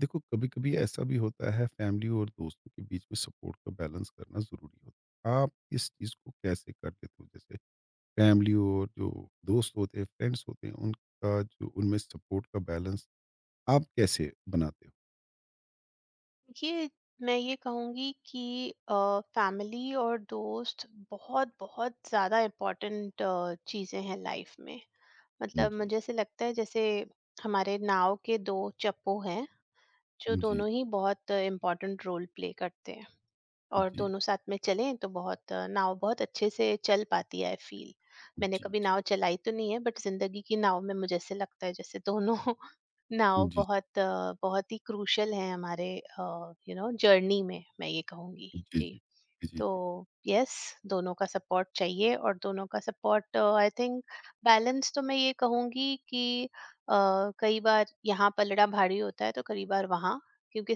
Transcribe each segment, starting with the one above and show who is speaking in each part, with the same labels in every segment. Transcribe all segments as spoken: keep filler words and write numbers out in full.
Speaker 1: देखो कभी-कभी ऐसा भी होता है फैमिली और दोस्तों के बीच में सपोर्ट का बैलेंस करना ज़रूरी होता है। आप इस चीज़ को कैसे करते हो? जैसे फैमिली और जो दोस्त होते हैं, फ्रेंड्स होते हैं, उनका जो उनमें सपोर्ट का बैलेंस आप कैसे बनाते हो?
Speaker 2: ये मैं ये कहूँगी कि फैमिली और दोस्त बहुत बहुत ज़्यादा इम्पोर्टेंट चीज़ें हैं लाइफ में। मतलब
Speaker 1: जी,
Speaker 2: मुझे ऐसे लगता है जैसे हमारे नाव के दो चप्पू हैं जो
Speaker 1: जी, जी,
Speaker 2: दोनों ही बहुत इम्पोर्टेंट रोल प्ले करते हैं। और
Speaker 1: जी,
Speaker 2: दोनों साथ में चलें तो बहुत अ, नाव बहुत अच्छे से चल पाती है, आई फील। मैंने
Speaker 1: जी।
Speaker 2: कभी नाव चलाई तो नहीं है, बट जिंदगी की नाव में मुझे ऐसे लगता है जैसे दोनों नाव
Speaker 1: जी,
Speaker 2: बहुत अ, बहुत ही क्रूशल है हमारे यू नो जर्नी में, मैं ये कहूंगी।
Speaker 1: जी,
Speaker 2: जी।
Speaker 1: जी। जी, जी,
Speaker 2: तो
Speaker 1: जी।
Speaker 2: यस, दोनों का सपोर्ट चाहिए और दोनों का सपोर्ट आई थिंक। बैलेंस तो मैं ये कहूँगी कि अ, कई बार यहाँ पलड़ा भारी होता है तो कई बार वहाँ, क्योंकि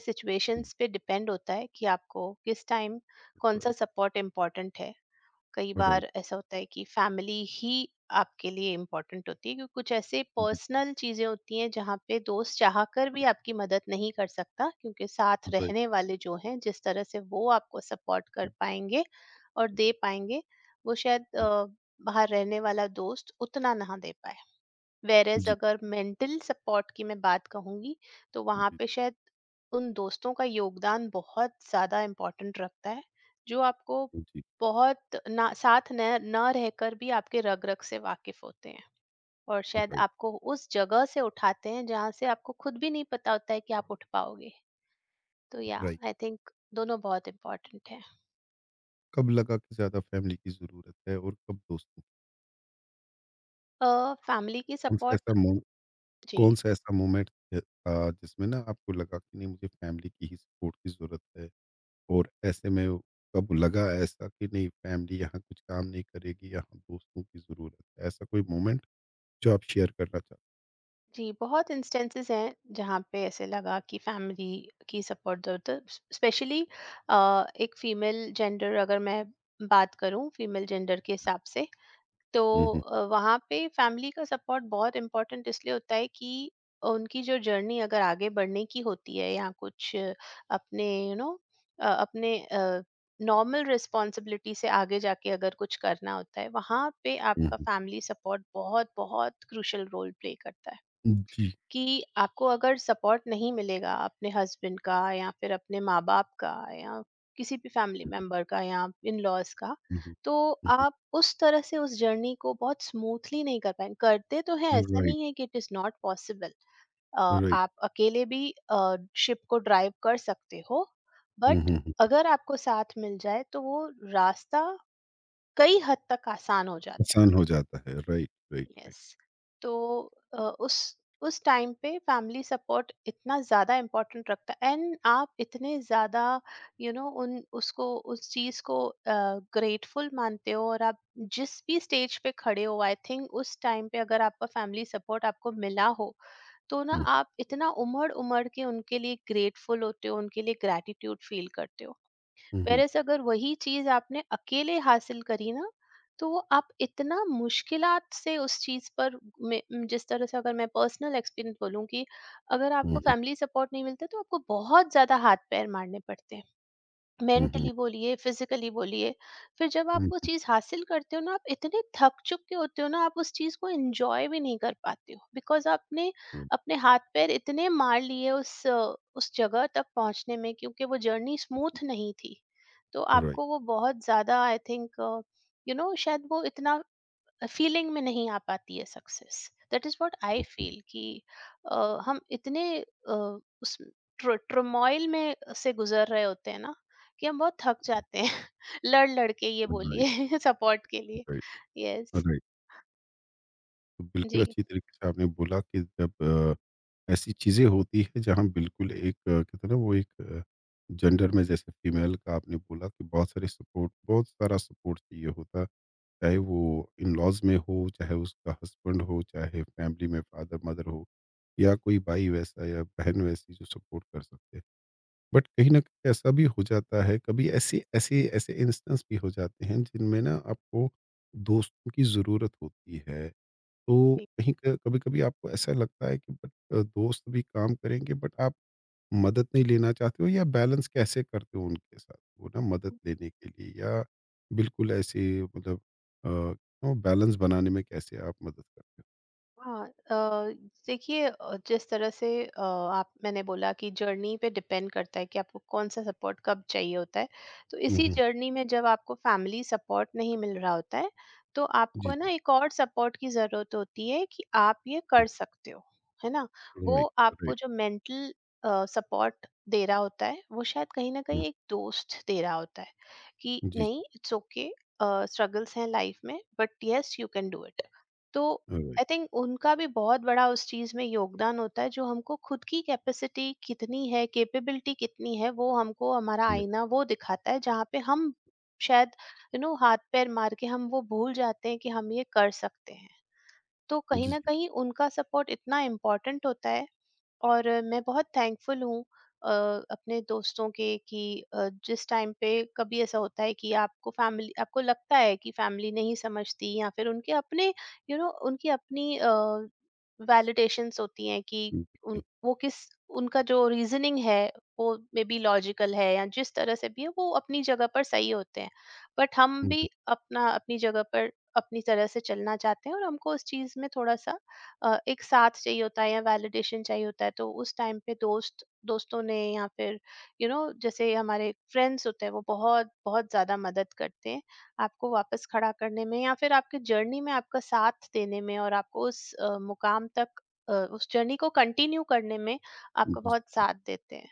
Speaker 1: हुँ,
Speaker 2: सिचुएशंस पे डिपेंड होता है कि आपको किस टाइम कौन सा
Speaker 1: राइट,
Speaker 2: सपोर्ट इम्पोर्टेंट है। कई
Speaker 1: राइट,
Speaker 2: बार ऐसा होता है कि फैमिली ही आपके लिए इम्पोर्टेंट होती है, क्योंकि कुछ ऐसे
Speaker 1: जी,
Speaker 2: पर्सनल चीजें होती हैं जहाँ पे दोस्त चाह कर भी आपकी मदद नहीं कर सकता, क्योंकि साथ
Speaker 1: राइट,
Speaker 2: रहने वाले जो हैं जिस तरह से वो आपको सपोर्ट कर पाएंगे और दे पाएंगे वो शायद अ,
Speaker 1: हुँ,
Speaker 2: बाहर रहने वाला दोस्त उतना ना दे पाए। वेयरएज़
Speaker 1: जी,
Speaker 2: अगर मेंटल सपोर्ट की मैं बात कहूँगी तो वहाँ
Speaker 1: जी,
Speaker 2: पे शायद उन दोस्तों का योगदान बहुत ज़्यादा इम्पोर्टेंट रखता है, जो आपको
Speaker 1: जी,
Speaker 2: बहुत ना साथ न ना रहकर भी आपके रग रग से वाकिफ होते हैं, और शायद
Speaker 1: राइट,
Speaker 2: आपको उस जगह से उठाते हैं जहाँ से आपको खुद भी नहीं पता होता है कि आप उठ पाओगे। तो या
Speaker 1: राइट।
Speaker 2: आई थिंक दोनों बहुत इम्पोर्टेंट है।
Speaker 1: कब लगा कि ज़्यादा फैमिली की ज़रूरत है और कब दोस्तों की?
Speaker 2: फैमिली की
Speaker 1: कौन-सा ऐसा
Speaker 2: सपोर्ट।
Speaker 1: मो
Speaker 2: जी।
Speaker 1: कौन-सा ऐसा मोमेंट अ, था जिसमें ना आपको लगा कि नहीं मुझे फैमिली की ही सपोर्ट की ज़रूरत है? और ऐसे में कब लगा ऐसा कि नहीं फैमिली यहाँ कुछ काम नहीं करेगी, यहाँ दोस्तों की ज़रूरत है? ऐसा कोई मोमेंट जो आप शेयर करना चाहो?
Speaker 2: जी, बहुत इंस्टेंसेस हैं जहाँ पे ऐसे लगा कि फैमिली की सपोर्ट ज़रूरत है। स्पेशली अ, एक फीमेल जेंडर अगर मैं बात करूँ, फीमेल जेंडर के हिसाब से तो
Speaker 1: हुँ, हुँ,
Speaker 2: अ, वहाँ पे फैमिली का सपोर्ट बहुत इम्पोर्टेंट इसलिए होता है कि उनकी जो जर्नी अगर आगे बढ़ने की होती है, या कुछ अपने यू you नो अपने नॉर्मल रिस्पॉन्सिबिलिटी से आगे जाके अगर कुछ करना होता है, वहाँ पे
Speaker 1: हुँ,
Speaker 2: आपका
Speaker 1: हुँ।
Speaker 2: फैमिली सपोर्ट बहुत बहुत क्रूशल रोल प्ले करता है।
Speaker 1: जी।
Speaker 2: कि आपको अगर सपोर्ट नहीं मिलेगा अपने हस्बैंड का या फिर अपने माँ बाप का या किसी भी फैमिली मेंबर का या इन लॉज का,
Speaker 1: हुँ, हुँ,
Speaker 2: तो
Speaker 1: हुँ,
Speaker 2: आप उस तरह से उस जर्नी को बहुत स्मूथली नहीं कर पाए करते, तो है।
Speaker 1: हुँ,
Speaker 2: ऐसा
Speaker 1: राइट,
Speaker 2: नहीं है कि it is not possible.
Speaker 1: Right.
Speaker 2: आप अकेले भी शिप को ड्राइव कर सकते हो,
Speaker 1: हुँ,
Speaker 2: बट
Speaker 1: हुँ, हुँ।
Speaker 2: अगर आपको साथ मिल जाए तो वो रास्ता कई हद तक आसान हो जाता
Speaker 1: आसान
Speaker 2: है।
Speaker 1: हो जाता है। Right, right, right.
Speaker 2: यस। तो अ, उस उस टाइम पे फैमिली सपोर्ट इतना ज़्यादा इम्पोर्टेंट रखता है एंड आप इतने ज़्यादा यू नो उन उसको उस चीज़ को ग्रेटफुल मानते हो, और आप जिस भी स्टेज पे खड़े हो, आई थिंक उस टाइम पे अगर आपका फैमिली सपोर्ट आपको मिला हो, तो ना
Speaker 1: हुँ,
Speaker 2: आप इतना उमड़ उमड़ के उनके लिए ग्रेटफुल होते हो, उनके लिए ग्रैटिट्यूड फील करते हो।
Speaker 1: हुँ, हुँ,
Speaker 2: वेरएज़ अगर वही चीज़ आपने अकेले हासिल करी ना, तो वो आप इतना मुश्किलात से उस चीज़ पर में, जिस तरह से अगर मैं पर्सनल एक्सपीरियंस बोलूँ कि अगर
Speaker 1: हुँ,
Speaker 2: आपको
Speaker 1: हुँ,
Speaker 2: फैमिली सपोर्ट नहीं मिलता, तो आपको बहुत ज़्यादा हाथ-पैर मारने पड़ते हैं।
Speaker 1: हुँ, हुँ,
Speaker 2: मेंटली बोलिए फिजिकली बोलिए, फिर जब आप वो चीज़ हासिल करते हो ना, आप इतने थक चुके होते हो ना, आप उस चीज़ को एंजॉय भी नहीं कर पाते हो बिकॉज आपने
Speaker 1: हुँ,
Speaker 2: अपने हाथ पैर इतने मार लिए उस अ, उस जगह तक पहुंचने में, क्योंकि वो जर्नी स्मूथ नहीं थी। तो
Speaker 1: राइट,
Speaker 2: आपको वो बहुत ज़्यादा आई थिंक यू नो शायद वो इतना फीलिंग में नहीं आ पाती है success, that is what I
Speaker 1: hmm, hmm,
Speaker 2: feel. कि अ, हम इतने अ, उस ट्रमोइल में से गुजर रहे होते हैं ना, कि हम बहुत थक जाते हैं लड़ लड़ के, ये बोलिए
Speaker 1: राइट,
Speaker 2: सपोर्ट के लिए।
Speaker 1: Right,
Speaker 2: yes.
Speaker 1: राइट। तो बिल्कुल
Speaker 2: जी।
Speaker 1: अच्छी तरीके से आपने बोला कि जब अ ऐसी चीज़ें होती है जहाँ बिल्कुल एक अ, कहते हैं ना वो एक अ, जेंडर में जैसे फीमेल का आपने बोला कि बहुत सारे सपोर्ट बहुत सारा सपोर्ट चाहिए होता है। चाहे वो इन लॉज में हो, चाहे उसका हस्बैंड हो, चाहे फैमिली में फादर-मदर हो या कोई भाई वैसा या बहन वैसी जो सपोर्ट कर सकते हैं। बट कहीं न कहीं ऐसा भी हो जाता है कभी ऐसे ऐसे ऐसे इंस्टेंस भी हो जाते हैं जिनमें ना आपको दोस्तों की ज़रूरत होती है। तो कहीं क कभी-कभी आपको ऐसा लगता है कि बट अ, दोस्त भी काम करेंगे बट आप मदद नहीं लेना चाहते हो या बैलेंस कैसे करते हो उनके साथ? वो ना मदद लेने के लिए या बिल्कुल ऐसे मतलब अ, नो बैलेंस बनाने में कैसे आप मदद करते हो?
Speaker 2: हाँ अ, देखिए अ, जिस तरह से अ, आप मैंने बोला कि जर्नी पे डिपेंड करता है कि आपको कौन सा सपोर्ट कब चाहिए होता है। तो
Speaker 1: हुँ,
Speaker 2: इसी
Speaker 1: हुँ।
Speaker 2: जर्नी में जब आपको फैमिली सपोर्ट नहीं मिल रहा होता है, तो
Speaker 1: जी,
Speaker 2: आपको
Speaker 1: जी।
Speaker 2: ना एक और सपोर्ट की ज़रूरत होती है कि आप ये
Speaker 1: हुँ,
Speaker 2: कर सकते हो, है ना। वो
Speaker 1: राइट,
Speaker 2: आपको
Speaker 1: राइट।
Speaker 2: जो मेंटल सपोर्ट दे रहा होता है वो शायद कहीं ना कहीं
Speaker 1: हुँ,
Speaker 2: एक दोस्त दे रहा होता है, कि
Speaker 1: जी, जी।
Speaker 2: नहीं, इट्स ओके, स्ट्रगल्स हैं लाइफ में, but yes you can do it. तो
Speaker 1: राइट,
Speaker 2: आई थिंक उनका भी बहुत बड़ा उस चीज में योगदान होता है। जो हमको खुद की कैपेसिटी कितनी है, कैपेबिलिटी कितनी है, वो हमको, हमारा
Speaker 1: राइट।
Speaker 2: आईना वो दिखाता है, जहाँ पे हम शायद यू नो हाथ पैर मार के हम वो भूल जाते हैं कि हम ये कर सकते हैं। तो कहीं
Speaker 1: जी,
Speaker 2: ना
Speaker 1: जी।
Speaker 2: कहीं उनका सपोर्ट इतना इम्पोर्टेंट होता है। और अ, मैं बहुत थैंकफुल हूँ अ, अपने दोस्तों के, कि अ, जिस टाइम पे कभी ऐसा होता है कि आपको फैमिली, आपको लगता है कि फैमिली नहीं समझती, या फिर उनके अपने यू नो उनकी अपनी वैलिडेशंस होती हैं कि
Speaker 1: हुँ,
Speaker 2: उन,
Speaker 1: जी।
Speaker 2: वो किस उनका जो रीजनिंग है वो मे बी लॉजिकल है, या जिस तरह से भी है वो अपनी जगह पर सही होते हैं, बट हम
Speaker 1: हुँ,
Speaker 2: भी अपना अपनी जगह पर अपनी तरह से चलना चाहते हैं, और हमको उस चीज़ में थोड़ा सा अ, एक साथ चाहिए होता है या वैलिडेशन चाहिए होता है। तो उस टाइम पे दोस्त दोस्तों ने या फिर यू you नो know, जैसे हमारे फ्रेंड्स होते हैं वो बहुत बहुत ज्यादा मदद करते हैं आपको वापस खड़ा करने में, या फिर आपके जर्नी में आपका साथ देने में, और आपको उस अ, मुकाम तक अ, उस जर्नी को कंटिन्यू करने में
Speaker 1: जी,
Speaker 2: आपका
Speaker 1: जी,
Speaker 2: बहुत
Speaker 1: जी।
Speaker 2: साथ देते हैं।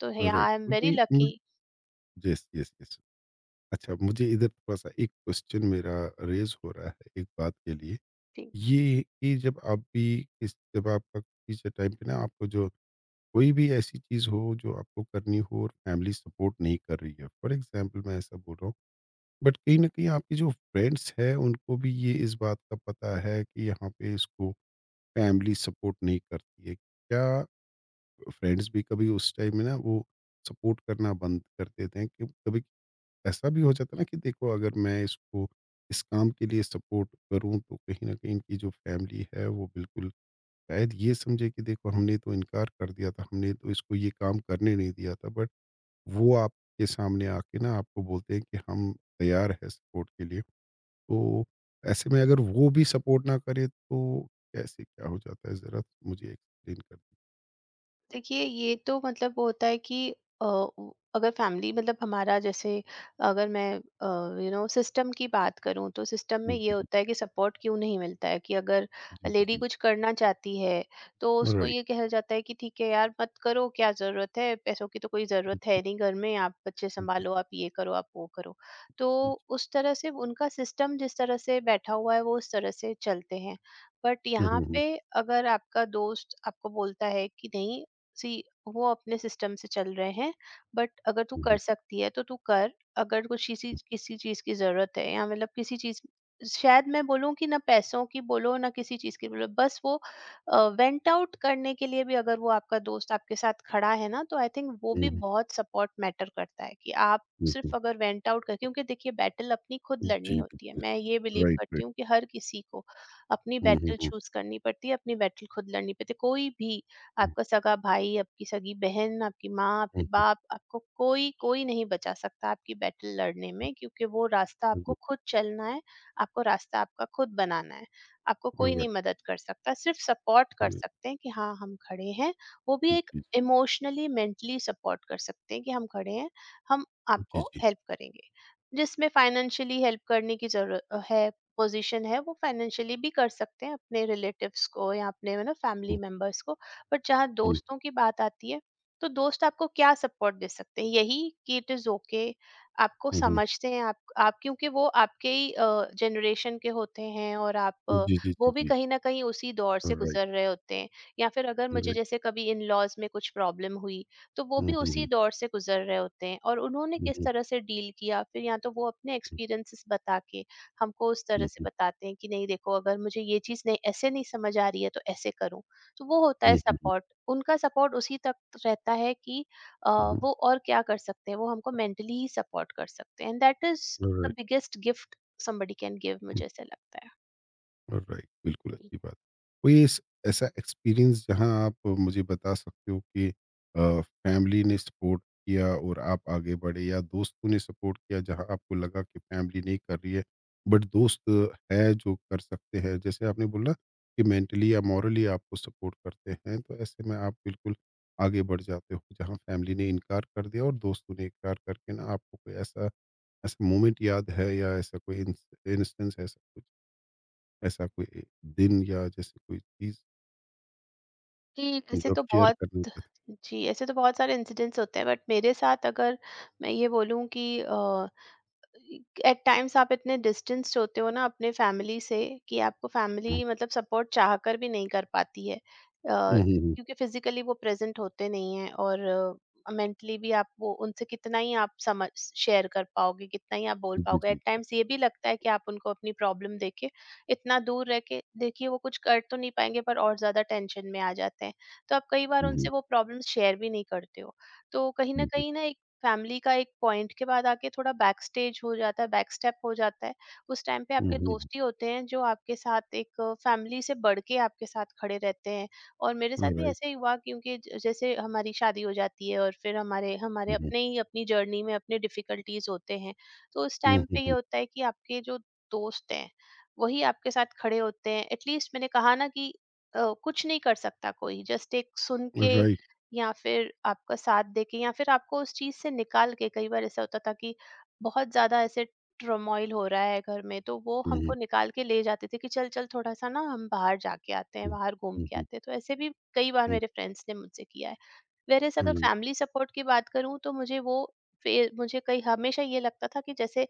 Speaker 2: तो या
Speaker 1: राइट।
Speaker 2: आई एम वेरी
Speaker 1: मुझे मुझ
Speaker 2: लकी।
Speaker 1: Yes, yes, yes. अच्छा मुझे इधर थोड़ा-सा एक क्वेश्चन मेरा रेज़ हो रहा है एक बात के लिए। ये कि जब आप भी इस जब आपका किसी टाइम पे ना आपको जो कोई भी ऐसी चीज़ हो जो आपको करनी हो और फैमिली सपोर्ट नहीं कर रही है फॉर एग्जांपल मैं ऐसा बोल रहा हूँ बट कहीं ना कहीं आपके जो फ्रेंड्स हैं उनको भी ये इस बात का पता है कि यहाँ पे इसको फैमिली सपोर्ट नहीं करती है क्या फ्रेंड्स भी कभी उस टाइम में ना वो सपोर्ट करना बंद कर देते हैं कि कभी ऐसा भी हो जाता है ना कि देखो अगर मैं इसको इस काम के लिए सपोर्ट करूं तो कहीं ना कहीं इनकी जो फैमिली है वो बिल्कुल शायद ये समझे कि देखो हमने तो इनकार कर दिया था, हमने तो इसको ये काम करने नहीं दिया था बट वो आपके सामने आके ना आपको बोलते हैं कि हम तैयार हैं सपोर्ट के लिए। तो ऐसे में अगर वो भी सपोर्ट ना करे तो कैसे क्या हो जाता है? ज़रा मुझे एक्सप्लेन कर दीजिए।
Speaker 2: देखिए ये तो मतलब वो होता है कि अ, उ- अगर फैमिली, मतलब हमारा जैसे, अगर मैं यू नो सिस्टम की बात करूं तो सिस्टम में ये
Speaker 1: जी,
Speaker 2: होता है कि सपोर्ट क्यों नहीं मिलता है। कि अगर
Speaker 1: जी, जी, जी,
Speaker 2: लेडी
Speaker 1: जी।
Speaker 2: कुछ करना चाहती है तो उसको
Speaker 1: राइट।
Speaker 2: ये कहा जाता है कि ठीक है यार, मत करो, क्या ज़रूरत है, पैसों की तो कोई
Speaker 1: हुँ,
Speaker 2: ज़रूरत है नहीं, घर में आप बच्चे
Speaker 1: हुँ, जी,
Speaker 2: संभालो, आप ये करो, आप वो करो। तो
Speaker 1: जी।
Speaker 2: उस तरह से उनका सिस्टम जिस तरह से बैठा हुआ है वो उस तरह से चलते हैं। बट
Speaker 1: हुँ,
Speaker 2: यहाँ
Speaker 1: हुँ, हुँ।
Speaker 2: पे अगर आपका दोस्त आपको बोलता है कि नहीं, सी वो अपने सिस्टम से चल रहे हैं, बट अगर तू
Speaker 1: हुँ, हुँ,
Speaker 2: कर सकती है तो तू कर। अगर कुछ किसी किसी चीज की जरूरत है, या मतलब किसी चीज, शायद मैं बोलूं कि ना पैसों की बोलो ना किसी चीज की बोलो, बस वो वेंट आउट करने के लिए भी अगर वो आपका दोस्त आपके साथ खड़ा है ना, तो आई थिंक वो भी
Speaker 1: हुँ,
Speaker 2: बहुत सपोर्ट मैटर करता है, कि आप
Speaker 1: हुँ, हुँ,
Speaker 2: सिर्फ अगर वेंट आउट कर। क्योंकि देखिए बैटल अपनी खुद
Speaker 1: हुँ।
Speaker 2: लड़नी
Speaker 1: जी,
Speaker 2: होती है,
Speaker 1: बिल्कुल।
Speaker 2: मैं ये बिलीव
Speaker 1: राइट,
Speaker 2: करती
Speaker 1: राइट।
Speaker 2: हूँ, कि हर किसी को अपनी
Speaker 1: हुँ, हुँ,
Speaker 2: बैटल
Speaker 1: हुँ,
Speaker 2: चूज करनी पड़ती है, अपनी बैटल खुद लड़नी पड़ती है। कोई भी
Speaker 1: हुँ,
Speaker 2: आपका सगा भाई, आपकी सगी बहन, आपकी माँ,
Speaker 1: हुँ,
Speaker 2: आपके
Speaker 1: हुँ,
Speaker 2: बाप, आपको कोई कोई नहीं बचा सकता आपकी बैटल लड़ने में, क्योंकि वो रास्ता
Speaker 1: हुँ।
Speaker 2: आपको खुद चलना है, आपको रास्ता आपका खुद बनाना है। आपको कोई
Speaker 1: हुँ,
Speaker 2: नहीं
Speaker 1: राइट,
Speaker 2: मदद कर सकता, सिर्फ सपोर्ट कर
Speaker 1: राइट।
Speaker 2: सकते हैं कि हाँ, हम खड़े हैं। वो भी
Speaker 1: हुँ,
Speaker 2: एक,
Speaker 1: जी, जी।
Speaker 2: इमोशनली, मेंटली सपोर्ट कर सकते हैं कि हम खड़े हैं, हम
Speaker 1: जी,
Speaker 2: आपको
Speaker 1: जी।
Speaker 2: हेल्प करेंगे। जिसमें फाइनेंशियली हेल्प करने की ज़रूरत है, पोज़ीशन है, वो फाइनेंशियली भी कर सकते हैं अपने रिलेटिव्स को या अपने you know family
Speaker 1: hmm,
Speaker 2: members को। बट जहाँ
Speaker 1: हुँ,
Speaker 2: दोस्तों की बात आती है तो दोस्त आपको क्या सपोर्ट दे सकते हैं, यही कि इट इज ओके, आपको
Speaker 1: हुँ, हुँ।
Speaker 2: समझते हैं आप, आप क्योंकि वो आपके ही जनरेशन के होते हैं, और आप
Speaker 1: Oh,
Speaker 2: अ,
Speaker 1: jeez, jeez,
Speaker 2: वो भी
Speaker 1: jeez,
Speaker 2: कहीं ना कहीं उसी दौर
Speaker 1: all
Speaker 2: से
Speaker 1: right,
Speaker 2: गुजर रहे होते हैं। या फिर अगर
Speaker 1: all
Speaker 2: मुझे
Speaker 1: right,
Speaker 2: जैसे कभी इन लॉज में कुछ प्रॉब्लम हुई, तो वो
Speaker 1: uh
Speaker 2: भी उसी
Speaker 1: huh,
Speaker 2: दौर से गुजर रहे होते हैं, और उन्होंने
Speaker 1: uh
Speaker 2: किस
Speaker 1: huh,
Speaker 2: तरह से डील किया फिर, या तो वो अपने एक्सपीरियंसेस बता के हमको उस तरह
Speaker 1: uh
Speaker 2: से
Speaker 1: huh,
Speaker 2: बताते हैं कि नहीं देखो, अगर मुझे ये चीज़ नहीं, ऐसे नहीं समझ आ रही है तो ऐसे करो। तो वो होता है
Speaker 1: uh huh,
Speaker 2: सपोर्ट। उनका सपोर्ट उसी तक रहता है कि अ,
Speaker 1: uh huh,
Speaker 2: वो और क्या कर सकते हैं, वो हमको मेंटली ही सपोर्ट कर सकते हैं, and that is
Speaker 1: all
Speaker 2: the
Speaker 1: right.
Speaker 2: Biggest gift somebody can give, मुझे ऐसा लगता है।
Speaker 1: राइट, बिल्कुल अच्छी बात। कोई ऐस ऐसा एक्सपीरियंस जहाँ आप मुझे बता सकते हो कि अ, फैमिली ने सपोर्ट किया और आप आगे बढ़े या दोस्तों ने सपोर्ट किया जहाँ आपको लगा कि फैमिली नहीं कर रही है, बट दोस्त है जो कर सकते हैं। जैसे आपने बोला कि मेंटली या मॉरली आपको सपोर्ट करते हैं, तो ऐसे में आप बिल्कुल आगे बढ़ जाते हो जहाँ फैमिली ने इनकार कर दिया और दोस्तों ने इनकार करके ना आपको कोई ऐसा ऐसा मोमेंट याद है या ऐसा कोई इंस इंस्टेंस है? ऐसा कुछ? ऐसा कोई दिन या जैसे कोई चीज़
Speaker 2: कि
Speaker 1: जो
Speaker 2: ऐसे
Speaker 1: आप
Speaker 2: तो
Speaker 1: शेयर
Speaker 2: बहुत।
Speaker 1: करना चाहते
Speaker 2: जी, ऐसे तो बहुत सारे इंसिडेंट्स होते हैं, बट मेरे साथ अगर मैं ये बोलूँ कि अ एट टाइम्स आप इतने डिस्टेंस्ड होते हो ना अपने फैमिली से, कि आपको
Speaker 1: हैं?
Speaker 2: फैमिली, मतलब सपोर्ट चाह कर भी नहीं कर पाती है, अ,
Speaker 1: हुँ, हुँ, हुँ, हुँ।
Speaker 2: क्योंकि फिजिकली वो प्रेजेंट होते नहीं हैं, और मेंटली भी आप, वो उनसे कितना ही आप समझ शेयर कर पाओगे, कितना ही आप बोल
Speaker 1: जी,
Speaker 2: पाओगे।
Speaker 1: जी।
Speaker 2: एट टाइम्स ये भी लगता है कि आप उनको अपनी प्रॉब्लम देके, इतना दूर रह के, देखिए वो कुछ कर तो नहीं पाएंगे, पर और ज्यादा टेंशन में आ जाते हैं। तो आप कई बार
Speaker 1: हुँ, हुँ,
Speaker 2: उनसे वो प्रॉब्लम शेयर भी नहीं करते हो। तो कहीं ना
Speaker 1: हुँ,
Speaker 2: कहीं ना फैमिली का एक पॉइंट के बाद आके थोड़ा बैक स्टेज हो जाता है, बैक स्टेप हो जाता है। उस टाइम पे
Speaker 1: हुँ,
Speaker 2: आपके
Speaker 1: हुँ, हुँ,
Speaker 2: दोस्त ही होते हैं जो आपके साथ एक फैमिली से बढ़ के आपके साथ खड़े रहते हैं। और मेरे
Speaker 1: हुँ।
Speaker 2: साथ भी
Speaker 1: राइट।
Speaker 2: ऐसे ही हुआ, क्योंकि ज- जैसे हमारी शादी हो जाती है और फिर हमारे हमारे
Speaker 1: हुँ, हुँ,
Speaker 2: अपने ही अपनी जर्नी में अपने डिफिकल्टीज होते हैं। तो उस
Speaker 1: हुँ,
Speaker 2: टाइम पे ये
Speaker 1: हुँ,
Speaker 2: होता है कि आपके जो दोस्त हैं वही आपके साथ खड़े होते हैं। एटलीस्ट मैंने कहा ना कि अ, कुछ नहीं कर सकता कोई, जस्ट एक सुन
Speaker 1: हुँ।
Speaker 2: के
Speaker 1: राइट।
Speaker 2: या फिर आपका साथ देके या फिर आपको उस चीज से निकाल के। कई बार ऐसा होता था कि बहुत ज्यादा ऐसे ट्रमोइल हो रहा है घर में, तो वो
Speaker 1: हुँ, हुँ,
Speaker 2: हमको निकाल के ले जाते थे कि चल चल थोड़ा सा ना हम बाहर जाके आते हैं,
Speaker 1: हुँ,
Speaker 2: बाहर घूम
Speaker 1: हुँ,
Speaker 2: के
Speaker 1: हुँ,
Speaker 2: आते हैं। तो ऐसे भी कई बार
Speaker 1: हुँ,
Speaker 2: मेरे फ्रेंड्स ने मुझसे किया है। वेयरएज़
Speaker 1: हुँ,
Speaker 2: अगर
Speaker 1: हुँ,
Speaker 2: फैमिली सपोर्ट की बात करूँ तो मुझे वो फे मुझे कई हमेशा ये लगता था कि जैसे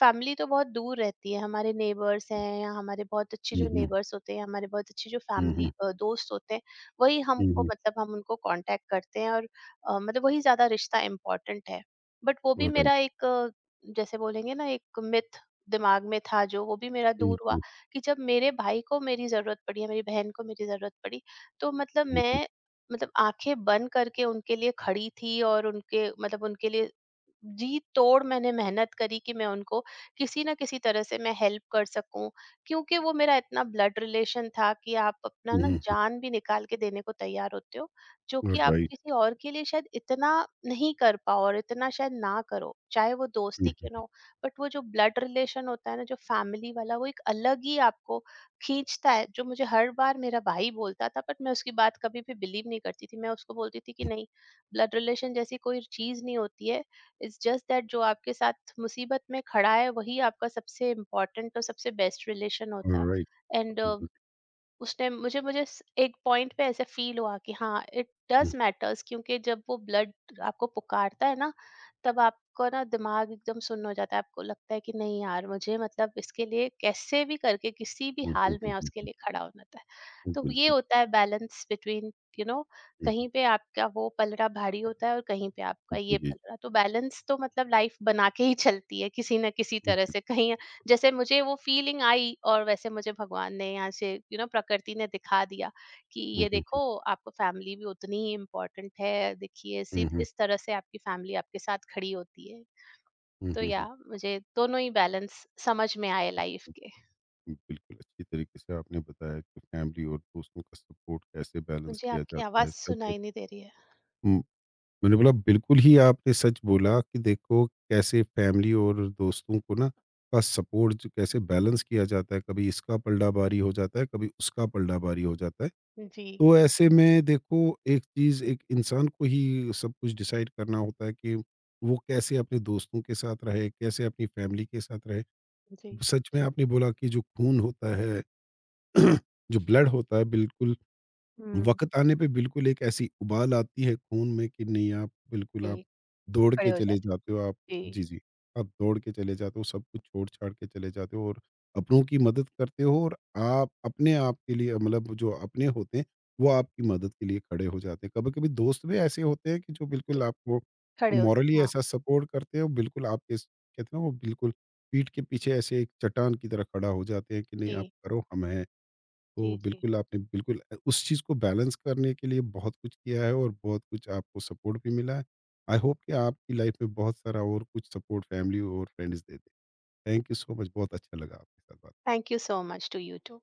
Speaker 2: फैमिली तो बहुत दूर रहती है। हमारे नेबर्स हैं, या हमारे बहुत अच्छे
Speaker 1: हुँ,
Speaker 2: जो
Speaker 1: हुँ,
Speaker 2: नेबर्स होते हैं, हमारे बहुत अच्छे जो
Speaker 1: हुँ,
Speaker 2: फैमिली दोस्त होते हैं, वही
Speaker 1: हुँ,
Speaker 2: हमको
Speaker 1: हुँ।
Speaker 2: मतलब हम उनको कांटेक्ट करते हैं और अ, मतलब वही ज़्यादा रिश्ता इम्पोर्टेंट है। बट वो भी
Speaker 1: ऑलराइट।
Speaker 2: मेरा एक अ, जैसे बोलेंगे ना, एक मिथ दिमाग में था जो वो भी मेरा
Speaker 1: हुँ,
Speaker 2: दूर हुआ।
Speaker 1: हुँ,
Speaker 2: कि जब मेरे भाई को मेरी ज़रूरत पड़ी या मेरी बहन को मेरी ज़रूरत पड़ी, तो मतलब
Speaker 1: हुँ, हुँ,
Speaker 2: मैं मतलब आँखें बंद करके उनके लिए खड़ी थी। और उनके मतलब उनके लिए जी तोड़ मैंने मेहनत करी कि मैं उनको किसी ना किसी तरह से मैं हेल्प कर सकूं। क्योंकि वो मेरा इतना ब्लड रिलेशन था कि आप अपना
Speaker 1: हुँ,
Speaker 2: ना
Speaker 1: हुँ, हुँ।
Speaker 2: जान भी निकाल के देने को तैयार होते हो, जो कि आप
Speaker 1: ऑलराइट।
Speaker 2: किसी और के लिए शायद इतना नहीं कर पाओ और इतना शायद ना करो, चाहे वो
Speaker 1: हुँ,
Speaker 2: दोस्ती क्यों ना
Speaker 1: हुँ,
Speaker 2: हो। बट वो जो ब्लड रिलेशन होता है ना जो फैमिली वाला, वो एक अलग ही आपको खींचता है। जो मुझे हर बार मेरा भाई बोलता था, बट मैं उसकी बात कभी भी बिलीव नहीं करती थी। मैं उसको बोलती थी कि
Speaker 1: हुँ।
Speaker 2: नहीं, ब्लड रिलेशन जैसी कोई चीज नहीं होती है। इट्स जस्ट दैट जो आपके साथ मुसीबत में खड़ा है वही आपका सबसे इम्पोर्टेंट और सबसे बेस्ट रिलेशन होता है।
Speaker 1: ऑलराइट।
Speaker 2: एंड
Speaker 1: जी, जी।
Speaker 2: उस टाइम मुझे मुझे स- एक पॉइंट पे ऐसे फील हुआ कि हाँ, इट डज मैटर्स। क्योंकि जब वो ब्लड आपको पुकारता है ना, तब आपको ना दिमाग एकदम सुन्न हो जाता है। आपको लगता है कि नहीं यार मुझे मतलब इसके लिए कैसे भी करके किसी भी
Speaker 1: हुँ, हुँ, हुँ,
Speaker 2: हाल
Speaker 1: हुँ,
Speaker 2: में
Speaker 1: हुँ,
Speaker 2: उसके
Speaker 1: हुँ।
Speaker 2: लिए खड़ा होना था। तो ये
Speaker 1: बिल्कुल
Speaker 2: होता
Speaker 1: सही।
Speaker 2: है balance between, you know,
Speaker 1: hmm, hmm.
Speaker 2: कहीं पे आपका वो पलड़ा भारी होता है और कहीं पे आपका
Speaker 1: जी,
Speaker 2: ये
Speaker 1: जी।
Speaker 2: पलड़ा। तो बैलेंस तो मतलब लाइफ बना के ही चलती है किसी ना किसी तरह
Speaker 1: हुँ,
Speaker 2: से कहीं। जैसे मुझे वो फीलिंग आई और वैसे मुझे भगवान ने यहाँ से, यू नो, प्रकृति ने दिखा दिया कि
Speaker 1: हुँ,
Speaker 2: ये
Speaker 1: हुँ,
Speaker 2: देखो, आपको फैमिली भी उतनी ही इम्पोर्टेंट है। देखिए इसी
Speaker 1: हुँ, हुँ,
Speaker 2: इस तरह से आपकी फैमिली आपके साथ खड़ी होती है।
Speaker 1: हुँ,
Speaker 2: तो
Speaker 1: हुँ,
Speaker 2: या मुझे दोनों ही बैलेंस समझ में आए लाइफ
Speaker 1: हुँ।
Speaker 2: के।
Speaker 1: बिल्कुल, अच्छी तरीके से आपने बताया कि फैमिली और दोस्तों का सपोर्ट कैसे बैलेंस
Speaker 2: मुझे
Speaker 1: किया
Speaker 2: आपकी
Speaker 1: जाता
Speaker 2: आवाज
Speaker 1: है। सच में
Speaker 2: सुनाई नहीं दे रही है।
Speaker 1: हुँ, मैंने बोला बिल्कुल ही आपने सच बोला कि देखो कैसे फैमिली और दोस्तों को ना का सपोर्ट जो कैसे बैलेंस किया जाता है, कभी इसका पलडाबारी हो जाता है, कभी उसका पलडाबारी हो जाता है।
Speaker 2: जी।
Speaker 1: तो ऐसे में देखो एक चीज़ एक इंसान को ही सब कुछ डिसाइड करना होता है कि वो कैसे अपने दोस्तों के साथ रहे, कैसे अपनी फैमिली के साथ रहे।
Speaker 2: जी।
Speaker 1: सच में आपने बोला कि जो खून होता है जो ब्लड होता है बिल्कुल
Speaker 2: हम्म।
Speaker 1: वक़्त आने पे बिल्कुल एक ऐसी उबाल आती है खून में कि नहीं आप बिल्कुल आप
Speaker 2: जी।
Speaker 1: दौड़
Speaker 2: खड़े
Speaker 1: के
Speaker 2: हो
Speaker 1: चले
Speaker 2: जाते हैं।
Speaker 1: जाते हो आप जी,
Speaker 2: जी।
Speaker 1: जी। आप दौड़ के चले जाते हो, सब कुछ छोड़-छाड़ के चले जाते हो और अपनों की मदद करते हो और आप अपने आप के लिए मतलब जो अपने होते हैं, वो आपकी मदद के लिए खड़े हो जाते हैं। कभी-कभी दोस्त भी ऐसे होते हैं कि जो बिल्कुल
Speaker 2: जी।
Speaker 1: आपको
Speaker 2: खड़े होते
Speaker 1: मॉरली
Speaker 2: हैं, हाँ।
Speaker 1: ऐसा सपोर्ट करते हैं और बिल्कुल आपके स कहते हैं ना वो बिल्कुल पीठ के पीछे ऐसे एक चट्टान की तरह खड़ा हो जाते हैं कि नहीं आप
Speaker 2: जी।
Speaker 1: करो, हम हैं। तो
Speaker 2: जी। जी।
Speaker 1: बिल्कुल आपने बिल्कुल अ, उस चीज़ को बैलेंस करने के लिए बहुत कुछ किया है और बहुत कुछ आपको सपोर्ट भी मिला है। आई होप कि आपकी लाइफ में बहुत सारा और कुछ सपोर्ट फैमिली और फ्रेंड्स दे दे। थैंक यू सो मच बहुत अच्छा लगा आपके साथ बात करके।
Speaker 2: Thank you so much to you to.